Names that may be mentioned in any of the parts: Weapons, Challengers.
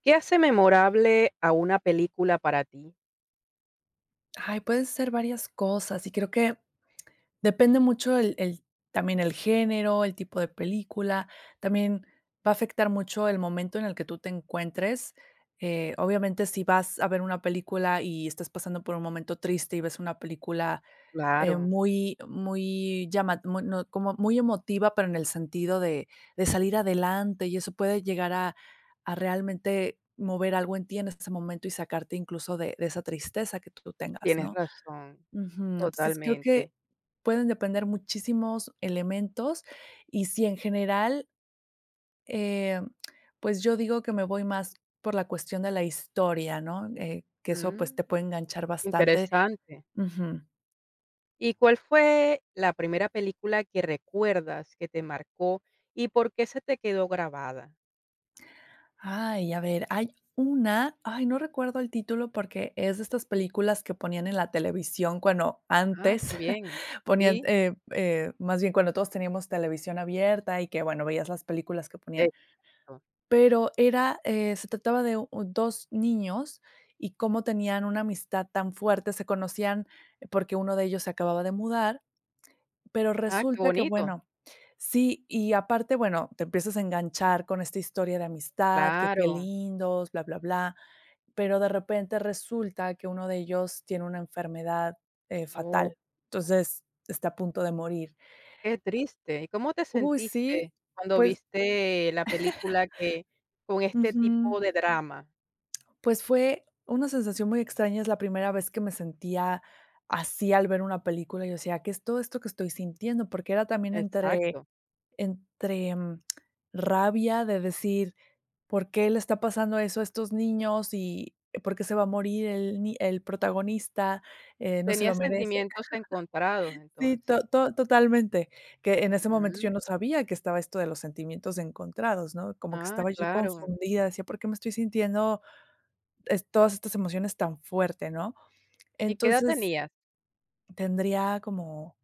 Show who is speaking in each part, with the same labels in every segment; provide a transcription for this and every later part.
Speaker 1: ¿Qué hace memorable a una película para ti?
Speaker 2: Ay, pueden ser varias cosas, y creo que depende mucho el también el género, el tipo de película, también va a afectar mucho el momento en el que tú te encuentres, obviamente, si vas a ver una película y estás pasando por un momento triste y ves una película,
Speaker 1: Claro,
Speaker 2: muy muy llama mu no, como muy emotiva, pero en el sentido de salir adelante, y eso puede llegar a realmente mover algo en ti en ese momento y sacarte incluso de esa tristeza que tú tengas,
Speaker 1: tienes
Speaker 2: ¿no?
Speaker 1: razón,
Speaker 2: Ujú, entonces, creo que
Speaker 1: totalmente.
Speaker 2: pueden depender muchísimos elementos, y si en general, eh, pues, yo digo que me voy más por la cuestión de la historia, ¿no? Que eso, pues,
Speaker 1: Mm,
Speaker 2: te puede enganchar bastante.
Speaker 1: interesante.
Speaker 2: Ujú.
Speaker 1: ¿Y cuál fue la primera película que recuerdas que te marcó y por qué se te quedó grabada?
Speaker 2: Ay, a ver, hay una, ay, no recuerdo el título porque es de estas películas que ponían en la televisión cuando
Speaker 1: Ah, qué
Speaker 2: antes
Speaker 1: bien.
Speaker 2: ponían,
Speaker 1: Sí,
Speaker 2: más bien cuando todos teníamos televisión abierta y que, bueno, veías las películas que ponían.
Speaker 1: esto.
Speaker 2: Pero era, se trataba de u dos niños y cómo tenían una amistad tan fuerte, se conocían porque uno de ellos se acababa de mudar, pero
Speaker 1: Ah, qué
Speaker 2: resulta que,
Speaker 1: bonito.
Speaker 2: bueno, sí, y aparte, bueno, te empiezas a enganchar con esta historia de amistad, que qué
Speaker 1: Claro.
Speaker 2: lindos, bla, bla, bla, pero de repente resulta que uno de ellos tiene una enfermedad,
Speaker 1: Oh,
Speaker 2: fatal, entonces está a punto de morir.
Speaker 1: qué triste. ¿Y cómo te
Speaker 2: Uy,
Speaker 1: sentiste
Speaker 2: sí,
Speaker 1: cuando
Speaker 2: pues,
Speaker 1: viste la película que con este
Speaker 2: ujú.
Speaker 1: tipo de drama?
Speaker 2: Pues fue una sensación muy extraña, es la primera vez que me sentía así al ver una película, yo decía: "¿Qué es todo esto que estoy sintiendo?", porque era también entre
Speaker 1: Exacto.
Speaker 2: entre, mm, rabia de decir: "¿Por qué le está pasando eso a estos niños?, y ¿por qué se va a morir el protagonista, no se lo
Speaker 1: Tenías
Speaker 2: merece?".
Speaker 1: sentimientos encontrados
Speaker 2: Sí, to
Speaker 1: entonces.
Speaker 2: to totalmente, que en ese momento yo
Speaker 1: Mm,
Speaker 2: no sabía que estaba esto de los sentimientos encontrados, ¿no?, como que
Speaker 1: ah,
Speaker 2: estaba yo
Speaker 1: claro.
Speaker 2: confundida, decía: "¿Por qué me estoy sintiendo es todas estas emociones tan fuerte?", ¿no?
Speaker 1: ¿Y qué edad
Speaker 2: Entonces,
Speaker 1: tenías?
Speaker 2: tendría como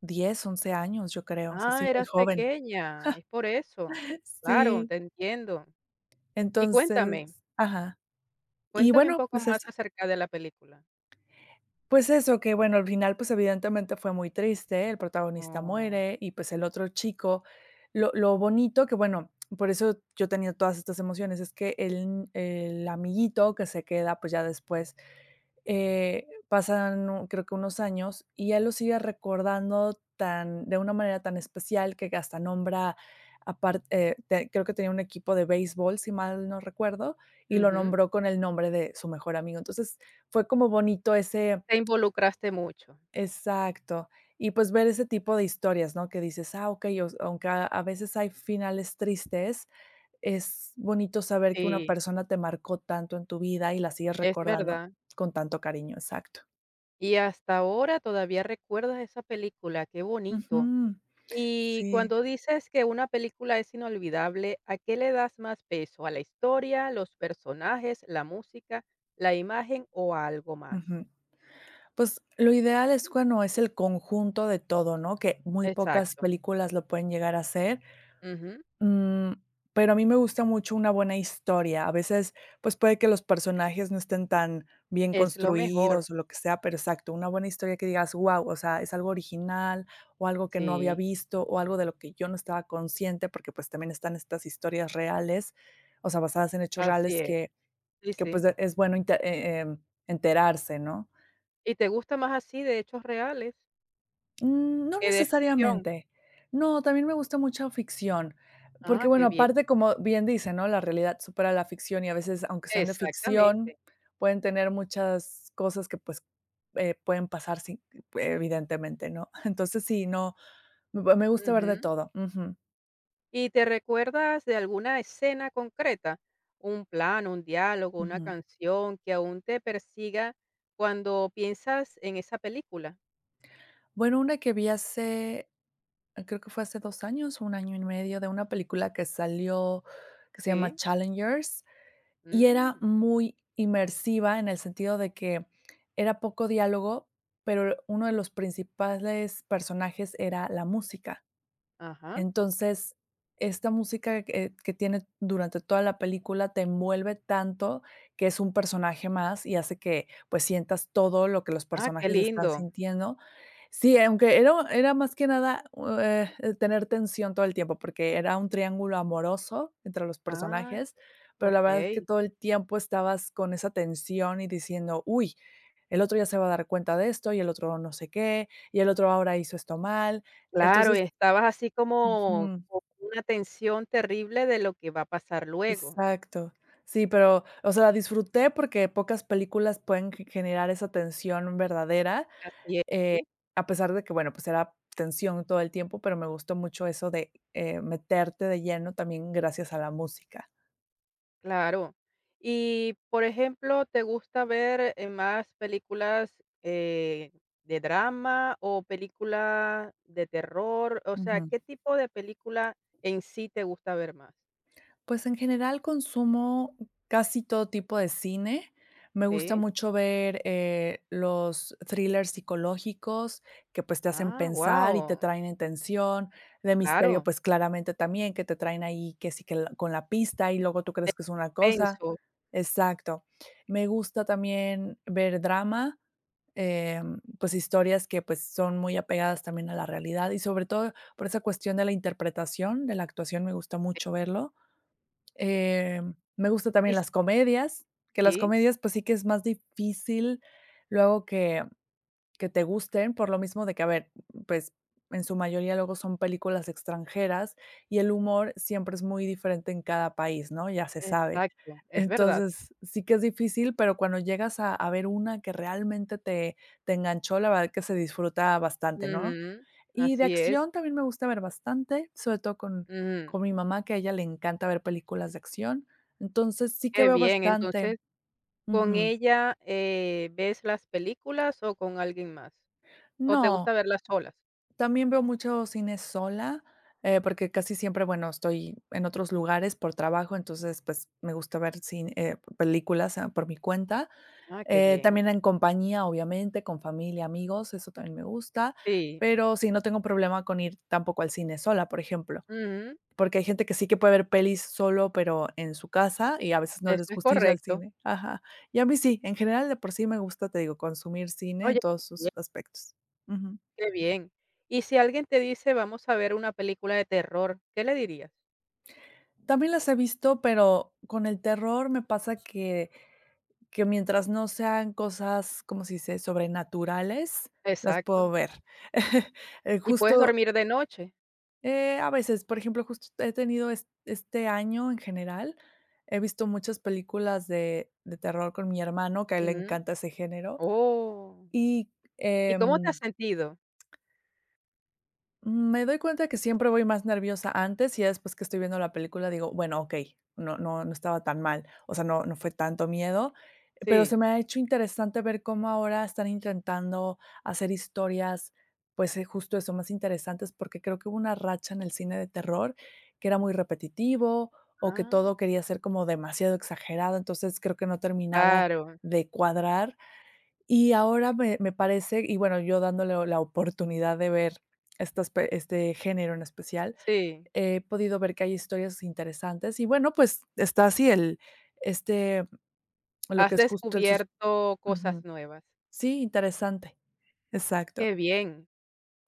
Speaker 2: 10, 11 años, yo creo, o sea,
Speaker 1: Ah,
Speaker 2: sí, muy
Speaker 1: eras
Speaker 2: joven.
Speaker 1: pequeña, es por eso. Claro,
Speaker 2: Sí,
Speaker 1: te entiendo. Y
Speaker 2: entonces,
Speaker 1: cuéntame,
Speaker 2: ajá. Y
Speaker 1: cuéntame un
Speaker 2: bueno,
Speaker 1: poco
Speaker 2: pues
Speaker 1: más
Speaker 2: eso.
Speaker 1: acerca de la película.
Speaker 2: Pues eso, que bueno, al final, pues, evidentemente fue muy triste, el protagonista
Speaker 1: Oh,
Speaker 2: muere y, pues, el otro chico, lo bonito, que bueno, por eso yo tenía todas estas emociones, es que el amiguito que se queda, pues, ya después pasan, u creo que unos años, y él lo sigue recordando tan de una manera tan especial que hasta nombra apar te creo que tenía un equipo de béisbol, si mal no recuerdo, y lo
Speaker 1: ujú.
Speaker 2: nombró con el nombre de su mejor amigo. Entonces, fue como bonito ese,
Speaker 1: Te involucraste mucho.
Speaker 2: exacto. Y, pues, ver ese tipo de historias, ¿no? Que dices: "Ah, ok, os aunque a veces hay finales tristes, es bonito saber que una
Speaker 1: Sí,
Speaker 2: persona te marcó tanto en tu vida y la sigues
Speaker 1: es
Speaker 2: recordando
Speaker 1: verdad.
Speaker 2: con tanto cariño", exacto.
Speaker 1: Y hasta ahora todavía recuerdas esa película, qué bonito.
Speaker 2: Ujú.
Speaker 1: Y
Speaker 2: Sí,
Speaker 1: cuando dices que una película es inolvidable, ¿a qué le das más peso? ¿A la historia, los personajes, la música, la imagen o a algo más?
Speaker 2: ujú. Pues, lo ideal es cuando es el conjunto de todo, ¿no? Que muy pocas
Speaker 1: Exacto.
Speaker 2: películas lo pueden llegar a hacer,
Speaker 1: Ujú.
Speaker 2: mm, pero a mí me gusta mucho una buena historia. A veces, pues, puede que los personajes no estén tan bien
Speaker 1: Es lo mejor.
Speaker 2: construidos o lo que sea, pero exacto, una buena historia que digas: "Guau", o sea, es algo original, o algo que no había
Speaker 1: Sí,
Speaker 2: visto, o algo de lo que yo no estaba consciente, porque, pues, también están estas historias reales, o sea, basadas en hechos
Speaker 1: así
Speaker 2: reales
Speaker 1: es.
Speaker 2: que
Speaker 1: Sí, sí.
Speaker 2: pues es bueno enterarse, ¿no?
Speaker 1: ¿Y te gusta más así de hechos reales
Speaker 2: Mm, no
Speaker 1: que de ficción?
Speaker 2: necesariamente. No, también me gusta mucha ficción, porque,
Speaker 1: Ah, qué
Speaker 2: bueno,
Speaker 1: bien.
Speaker 2: aparte, como bien dice, ¿no? La realidad supera la ficción y a veces, aunque sean de ficción,
Speaker 1: Exactamente.
Speaker 2: pueden tener muchas cosas que pues pueden pasar sin, evidentemente, ¿no? Entonces sí, no, me gusta ver
Speaker 1: Ujú.
Speaker 2: de todo. Ujú,
Speaker 1: ¿Y te recuerdas de alguna escena concreta? Un plan, un diálogo, una
Speaker 2: ujú.
Speaker 1: canción que aún te persiga cuando piensas en esa película.
Speaker 2: Bueno, una que vi hace, creo que fue hace 2 años, 1 año y medio, de una película que salió que se llama
Speaker 1: Sí.
Speaker 2: Challengers. Y era
Speaker 1: Mm,
Speaker 2: muy inmersiva en el sentido de que era poco diálogo, pero uno de los principales personajes era la música.
Speaker 1: ajá.
Speaker 2: Entonces, esta música que tiene durante toda la película te envuelve tanto que es un personaje más y hace que, pues, sientas todo lo que los
Speaker 1: Ah, qué
Speaker 2: personajes están
Speaker 1: lindo.
Speaker 2: sintiendo. Sí, aunque era más que nada, tener tensión todo el tiempo, porque era un triángulo amoroso entre los
Speaker 1: Ah,
Speaker 2: personajes, pero la verdad es que
Speaker 1: okey.
Speaker 2: todo el tiempo estabas con esa tensión y diciendo: "Uy, el otro ya se va a dar cuenta de esto, y el otro no sé qué, y el otro ahora hizo esto mal".
Speaker 1: Claro, y
Speaker 2: Entonces,
Speaker 1: estabas así como
Speaker 2: ujú.
Speaker 1: con una tensión terrible de lo que va a pasar luego.
Speaker 2: Exacto. Sí, pero, o sea, la disfruté porque pocas películas pueden ge generar esa tensión verdadera,
Speaker 1: Así es,
Speaker 2: eh,
Speaker 1: sí.
Speaker 2: a pesar de que, bueno, pues era tensión todo el tiempo, pero me gustó mucho eso de, meterte de lleno también gracias a la música.
Speaker 1: Claro. Y, por ejemplo, ¿te gusta ver, más películas, de drama o película de terror? O sea,
Speaker 2: Ujú.
Speaker 1: ¿qué tipo de película en sí te gusta ver más?
Speaker 2: Pues, en general, consumo casi todo tipo de cine. Me gusta
Speaker 1: Sí.
Speaker 2: mucho ver, los thrillers psicológicos que, pues, te hacen
Speaker 1: Ah,
Speaker 2: pensar y te
Speaker 1: guau.
Speaker 2: traen en tensión, de misterio,
Speaker 1: Claro,
Speaker 2: pues, claramente también, que te traen ahí que sí que la con la pista y luego tú
Speaker 1: de
Speaker 2: crees que es una cosa.
Speaker 1: suspenso.
Speaker 2: Exacto. Me gusta también ver drama, pues, historias que, pues, son muy apegadas también a la realidad y sobre todo por esa cuestión de la interpretación, de la actuación, me gusta mucho verlo. Eh, me gusta
Speaker 1: Y
Speaker 2: también las comedias, que las
Speaker 1: sí,
Speaker 2: comedias, pues sí que es más difícil luego que te gusten, por lo mismo de que, a ver, pues, en su mayoría luego son películas extranjeras y el humor siempre es muy diferente en cada país, ¿no? Ya se sabe.
Speaker 1: exacto, es verdad.
Speaker 2: Entonces, sí que es difícil, pero cuando llegas a ver una que realmente te enganchó, la verdad que se disfruta bastante, ¿no?
Speaker 1: Ujú,
Speaker 2: Y de
Speaker 1: así es.
Speaker 2: acción también me gusta ver bastante, sobre todo con
Speaker 1: Ujú.
Speaker 2: con mi mamá, que a ella le encanta ver películas de acción. Entonces, sí que
Speaker 1: Qué
Speaker 2: veo
Speaker 1: bien,
Speaker 2: bastante.
Speaker 1: entonces, ¿con
Speaker 2: Ujú.
Speaker 1: ella, ves las películas o con alguien más? ¿O te
Speaker 2: No.
Speaker 1: gusta verlas solas?
Speaker 2: También veo mucho cine sola, porque casi siempre, bueno, estoy en otros lugares por trabajo, entonces, pues, me gusta ver cine, películas, ah, por mi cuenta.
Speaker 1: Ah, qué
Speaker 2: Eh,
Speaker 1: bien.
Speaker 2: también en compañía, obviamente, con familia, amigos, eso también me gusta,
Speaker 1: Sí.
Speaker 2: pero sí, no tengo problema con ir tampoco al cine sola, por ejemplo,
Speaker 1: Ujú.
Speaker 2: porque hay gente que sí que puede ver pelis solo, pero en su casa, y a veces no
Speaker 1: Eso
Speaker 2: les
Speaker 1: es
Speaker 2: gusta ir al
Speaker 1: correcto.
Speaker 2: cine. Ajá. Y a mí sí, en general, de por sí me gusta, te digo, consumir cine en
Speaker 1: Oye,
Speaker 2: todos
Speaker 1: bien,
Speaker 2: sus aspectos. Ujú.
Speaker 1: qué bien. Y si alguien te dice: "Vamos a ver una película de terror", ¿qué le dirías?
Speaker 2: También las he visto, pero con el terror me pasa que mientras no sean cosas, ¿cómo se dice?, sobrenaturales, las
Speaker 1: Exacto.
Speaker 2: puedo ver. Eh,
Speaker 1: ¿Y puedes
Speaker 2: justo,
Speaker 1: dormir de noche?
Speaker 2: a veces, por ejemplo, justo he tenido es este año en general, he visto muchas películas de terror con mi hermano, que a él le
Speaker 1: Ujú.
Speaker 2: encanta ese género,
Speaker 1: Oh.
Speaker 2: y,
Speaker 1: ¿Y cómo te has
Speaker 2: em
Speaker 1: sentido?
Speaker 2: mm, me doy cuenta que siempre voy más nerviosa antes y ya después que estoy viendo la película digo: "Bueno, okey, no, no, no estaba tan mal". O sea, no, no fue tanto miedo, pero se
Speaker 1: Sí.
Speaker 2: me ha hecho interesante ver cómo ahora están intentando hacer historias, pues, justo eso, más interesantes, porque creo que hubo una racha en el cine de terror que era muy repetitivo o que
Speaker 1: Ah,
Speaker 2: todo quería ser como demasiado exagerado, entonces creo que no terminaba
Speaker 1: claro.
Speaker 2: de cuadrar y ahora me parece, y bueno, yo dándole la oportunidad de ver estas pe este género en especial,
Speaker 1: Sí.
Speaker 2: he podido ver que hay historias interesantes y bueno, pues está así el este, lo
Speaker 1: Has
Speaker 2: que es justo el sus,
Speaker 1: descubierto cosas
Speaker 2: ujú.
Speaker 1: nuevas.
Speaker 2: Sí, interesante, exacto.
Speaker 1: Qué bien.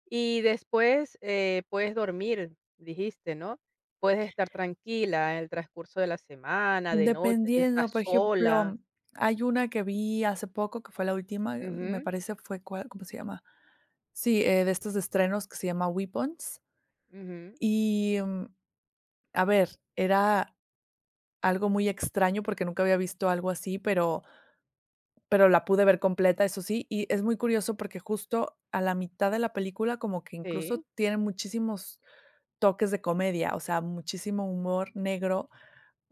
Speaker 1: Y después, puedes dormir, dijiste, ¿no? Puedes estar tranquila en el transcurso de la semana, de noche, si estás
Speaker 2: Dependiendo, por ejemplo,
Speaker 1: sola.
Speaker 2: hay una que vi hace poco, que fue la última, me
Speaker 1: Ujú,
Speaker 2: parece fue cuál, ¿cómo se llama? Sí, de estos estrenos, que se llama Weapons.
Speaker 1: ujú,
Speaker 2: Y, a ver, era algo muy extraño, porque nunca había visto algo así, pero la pude ver completa, eso sí, y es muy curioso porque justo a la mitad de la película como que incluso
Speaker 1: sí.
Speaker 2: tiene muchísimos toques de comedia, o sea, muchísimo humor negro,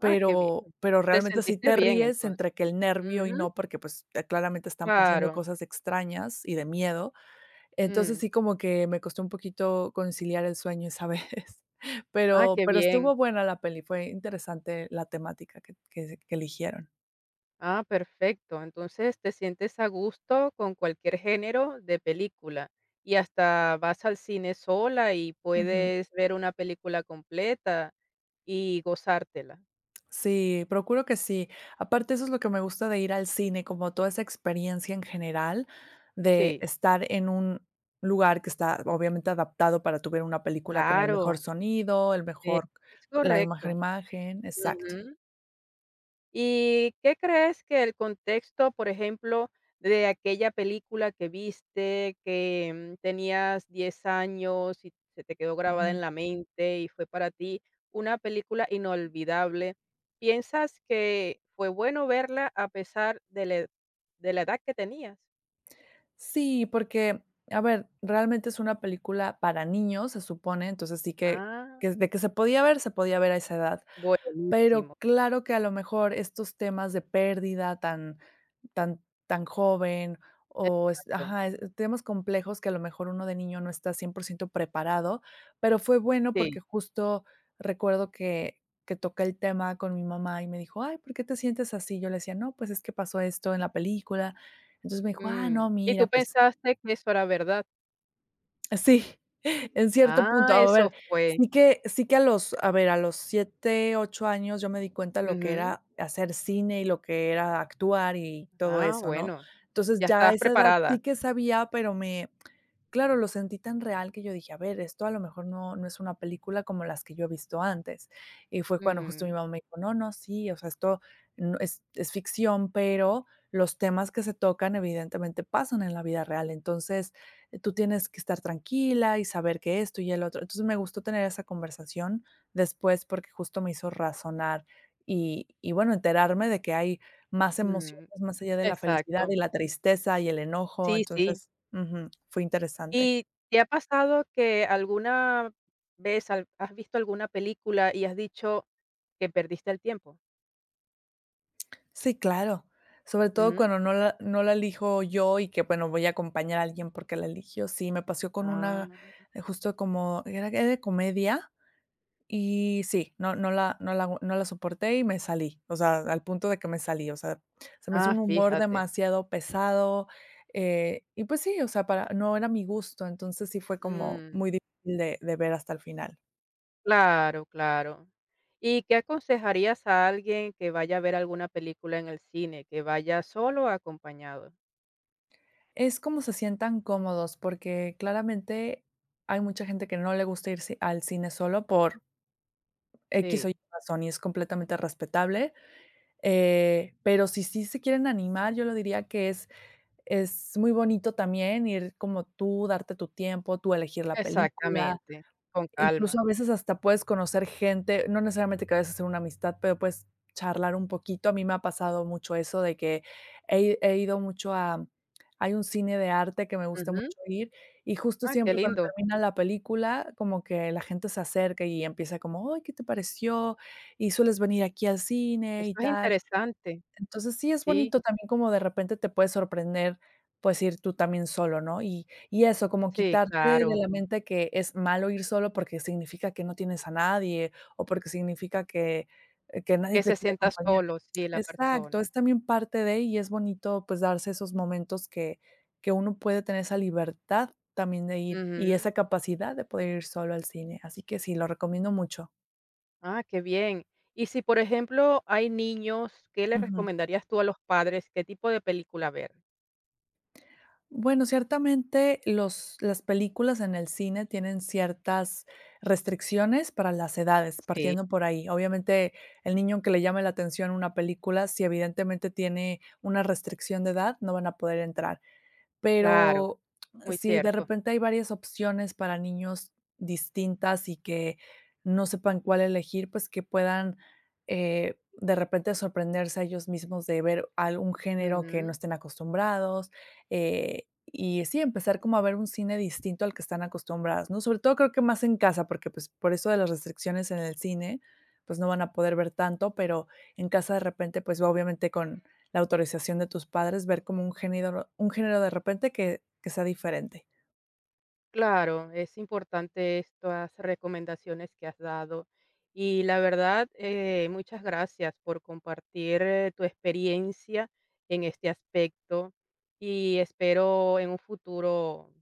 Speaker 1: Ah, qué bien. Te
Speaker 2: realmente sí
Speaker 1: sentiste
Speaker 2: te
Speaker 1: bien,
Speaker 2: ríes
Speaker 1: entonces.
Speaker 2: entre que el nervio y
Speaker 1: Ujú,
Speaker 2: no, porque, pues, claramente están pasando
Speaker 1: claro.
Speaker 2: cosas extrañas y de miedo. Entonces,
Speaker 1: Mm,
Speaker 2: sí, como que me costó un poquito conciliar el sueño esa vez,
Speaker 1: ah,
Speaker 2: pero
Speaker 1: qué bien.
Speaker 2: estuvo buena la peli, fue interesante la temática que eligieron.
Speaker 1: Ah, perfecto. Entonces, te sientes a gusto con cualquier género de película, y hasta vas al cine sola y
Speaker 2: Ujú.
Speaker 1: puedes ver una película completa y gozártela.
Speaker 2: Sí, procuro que sí. Aparte, eso es lo que me gusta de ir al cine, como toda esa experiencia en general de
Speaker 1: Sí.
Speaker 2: estar en un lugar que está obviamente adaptado para tu ver una película con el mejor
Speaker 1: Claro,
Speaker 2: sonido, el
Speaker 1: eh,
Speaker 2: mejor
Speaker 1: es
Speaker 2: la imagen,
Speaker 1: correcto.
Speaker 2: imagen, exacto.
Speaker 1: Ujú. ¿Y qué crees que el contexto, por ejemplo, de aquella película que viste, que, mm, tenías 10 años y se te quedó grabada en
Speaker 2: Ujú.
Speaker 1: la mente y fue para ti una película inolvidable? ¿Piensas que fue bueno verla a pesar de la de la edad que tenías?
Speaker 2: Sí, porque, a ver, realmente es una película para niños, se supone, entonces sí que
Speaker 1: Ah,
Speaker 2: que de que se podía ver a esa edad. Pero
Speaker 1: buenísimo,
Speaker 2: claro que a lo mejor estos temas de pérdida tan, tan, tan joven o es
Speaker 1: exacto,
Speaker 2: ajá, temas complejos que a lo mejor uno de niño no está 100% preparado, pero fue bueno
Speaker 1: sí,
Speaker 2: porque justo recuerdo que toqué el tema con mi mamá y me dijo: "Ay, ¿por qué te sientes así?". Yo le decía: "No, pues es que pasó esto en la película". Entonces me dijo: "Ah,
Speaker 1: mm,
Speaker 2: no,
Speaker 1: ¿y
Speaker 2: mira,
Speaker 1: tú
Speaker 2: pues
Speaker 1: pensaste que eso era verdad?
Speaker 2: sí", en cierto punto.
Speaker 1: Ah,
Speaker 2: A
Speaker 1: eso
Speaker 2: ver,
Speaker 1: fue.
Speaker 2: sí que a ver, a los 7 8 años yo me di cuenta lo que
Speaker 1: Ujú.
Speaker 2: era hacer cine y lo que era actuar y todo
Speaker 1: Ah,
Speaker 2: eso, ¿no?
Speaker 1: bueno,
Speaker 2: Entonces,
Speaker 1: ya
Speaker 2: ya a
Speaker 1: estabas
Speaker 2: esa edad
Speaker 1: preparada.
Speaker 2: sí que sabía, pero me... Claro, lo sentí tan real que yo dije: "A ver, esto a lo mejor no es una película como las que yo he visto antes". Y fue cuando justo mi
Speaker 1: Ujú,
Speaker 2: mamá me dijo: "No, no, sí, o sea, esto no es ficción, pero los temas que se tocan evidentemente pasan en la vida real, entonces, tú tienes que estar tranquila y saber que esto y el otro". Entonces, me gustó tener esa conversación después, porque justo me hizo razonar y bueno, enterarme de que hay más emociones
Speaker 1: mm,
Speaker 2: más allá de la felicidad
Speaker 1: exacto.
Speaker 2: y la tristeza y el enojo.
Speaker 1: Sí, sí.
Speaker 2: Entonces... Ujú, fue interesante.
Speaker 1: ¿Y te ha pasado que alguna vez al has visto alguna película y has dicho que perdiste el tiempo?
Speaker 2: Sí, claro, sobre todo
Speaker 1: Ujú.
Speaker 2: cuando no la elijo yo y que, bueno, voy a acompañar a alguien porque la eligió. Sí, me pasó con
Speaker 1: Ah,
Speaker 2: una, justo como era de comedia y sí, no la soporté y me salí, o sea, al punto de que me salí, o sea, se me hizo
Speaker 1: ah,
Speaker 2: un humor
Speaker 1: fíjate.
Speaker 2: demasiado pesado, y pues sí, o sea, para no era mi gusto, entonces sí fue como
Speaker 1: Mm,
Speaker 2: muy difícil de ver hasta el final.
Speaker 1: claro, claro. ¿Y qué aconsejarías a alguien que vaya a ver alguna película en el cine, que vaya solo o acompañado?
Speaker 2: Es como se sientan cómodos, porque claramente hay mucha gente que no le gusta irse al cine solo por X o
Speaker 1: Sí,
Speaker 2: Y razón, y es completamente respetable, pero si sí se quieren animar, yo lo diría que es muy bonito también ir como tú, darte tu tiempo, tú elegir la película.
Speaker 1: exactamente, con
Speaker 2: Incluso
Speaker 1: calma.
Speaker 2: a veces hasta puedes conocer gente, no necesariamente que vayas a hacer una amistad, pero puedes charlar un poquito. A mí me ha pasado mucho eso de que he ido mucho a... hay un cine de arte que me gusta
Speaker 1: Ujú.
Speaker 2: mucho ir, y justo
Speaker 1: Ah, qué
Speaker 2: siempre cuando
Speaker 1: lindo.
Speaker 2: termina la película, como que la gente se acerca y empieza como: "Ay, ¿qué te pareció? Y sueles venir aquí al cine
Speaker 1: Eso
Speaker 2: y
Speaker 1: es
Speaker 2: tal".
Speaker 1: interesante.
Speaker 2: Entonces, sí es
Speaker 1: Sí,
Speaker 2: bonito también como de repente te puede sorprender, pues, ir tú también solo, ¿no? Y eso, como
Speaker 1: sí,
Speaker 2: quitarte de
Speaker 1: claro.
Speaker 2: la mente que es malo ir solo porque significa que no tienes a nadie, o porque significa que nadie
Speaker 1: Que
Speaker 2: te
Speaker 1: se
Speaker 2: quiere
Speaker 1: sienta
Speaker 2: acompañar.
Speaker 1: solo, sí, la
Speaker 2: Exacto,
Speaker 1: persona.
Speaker 2: es también parte de, y es bonito, pues, darse esos momentos que uno puede tener esa libertad también de ir, y
Speaker 1: Ujú.
Speaker 2: esa capacidad de poder ir solo al cine. Así que sí, lo recomiendo mucho.
Speaker 1: Ah, qué bien. Y si, por ejemplo, hay niños, ¿qué les
Speaker 2: Ujú.
Speaker 1: recomendarías tú a los padres? ¿Qué tipo de película ver?
Speaker 2: Bueno, ciertamente los, las películas en el cine tienen ciertas restricciones para las edades,
Speaker 1: Sí,
Speaker 2: partiendo por ahí. Obviamente, el niño que le llame la atención una película, si evidentemente tiene una restricción de edad, no van a poder entrar.
Speaker 1: claro,
Speaker 2: Pero
Speaker 1: muy
Speaker 2: si de
Speaker 1: cierto.
Speaker 2: repente hay varias opciones para niños distintas y que no sepan cuál elegir, pues que puedan, de repente sorprenderse a ellos mismos de ver algún género que no
Speaker 1: Ujú.
Speaker 2: estén acostumbrados, y sí, empezar como a ver un cine distinto al que están acostumbradas, ¿no? Sobre todo creo que más en casa, porque, pues, por eso de las restricciones en el cine, pues, no van a poder ver tanto, pero en casa de repente, pues, obviamente con la autorización de tus padres, ver como un género de repente que sea diferente.
Speaker 1: Claro, es importante estas recomendaciones que has dado. Y la verdad, muchas gracias por compartir tu experiencia en este aspecto y espero en un futuro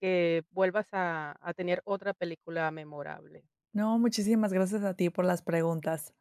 Speaker 1: que vuelvas a tener otra película memorable.
Speaker 2: No, muchísimas gracias a ti por las preguntas.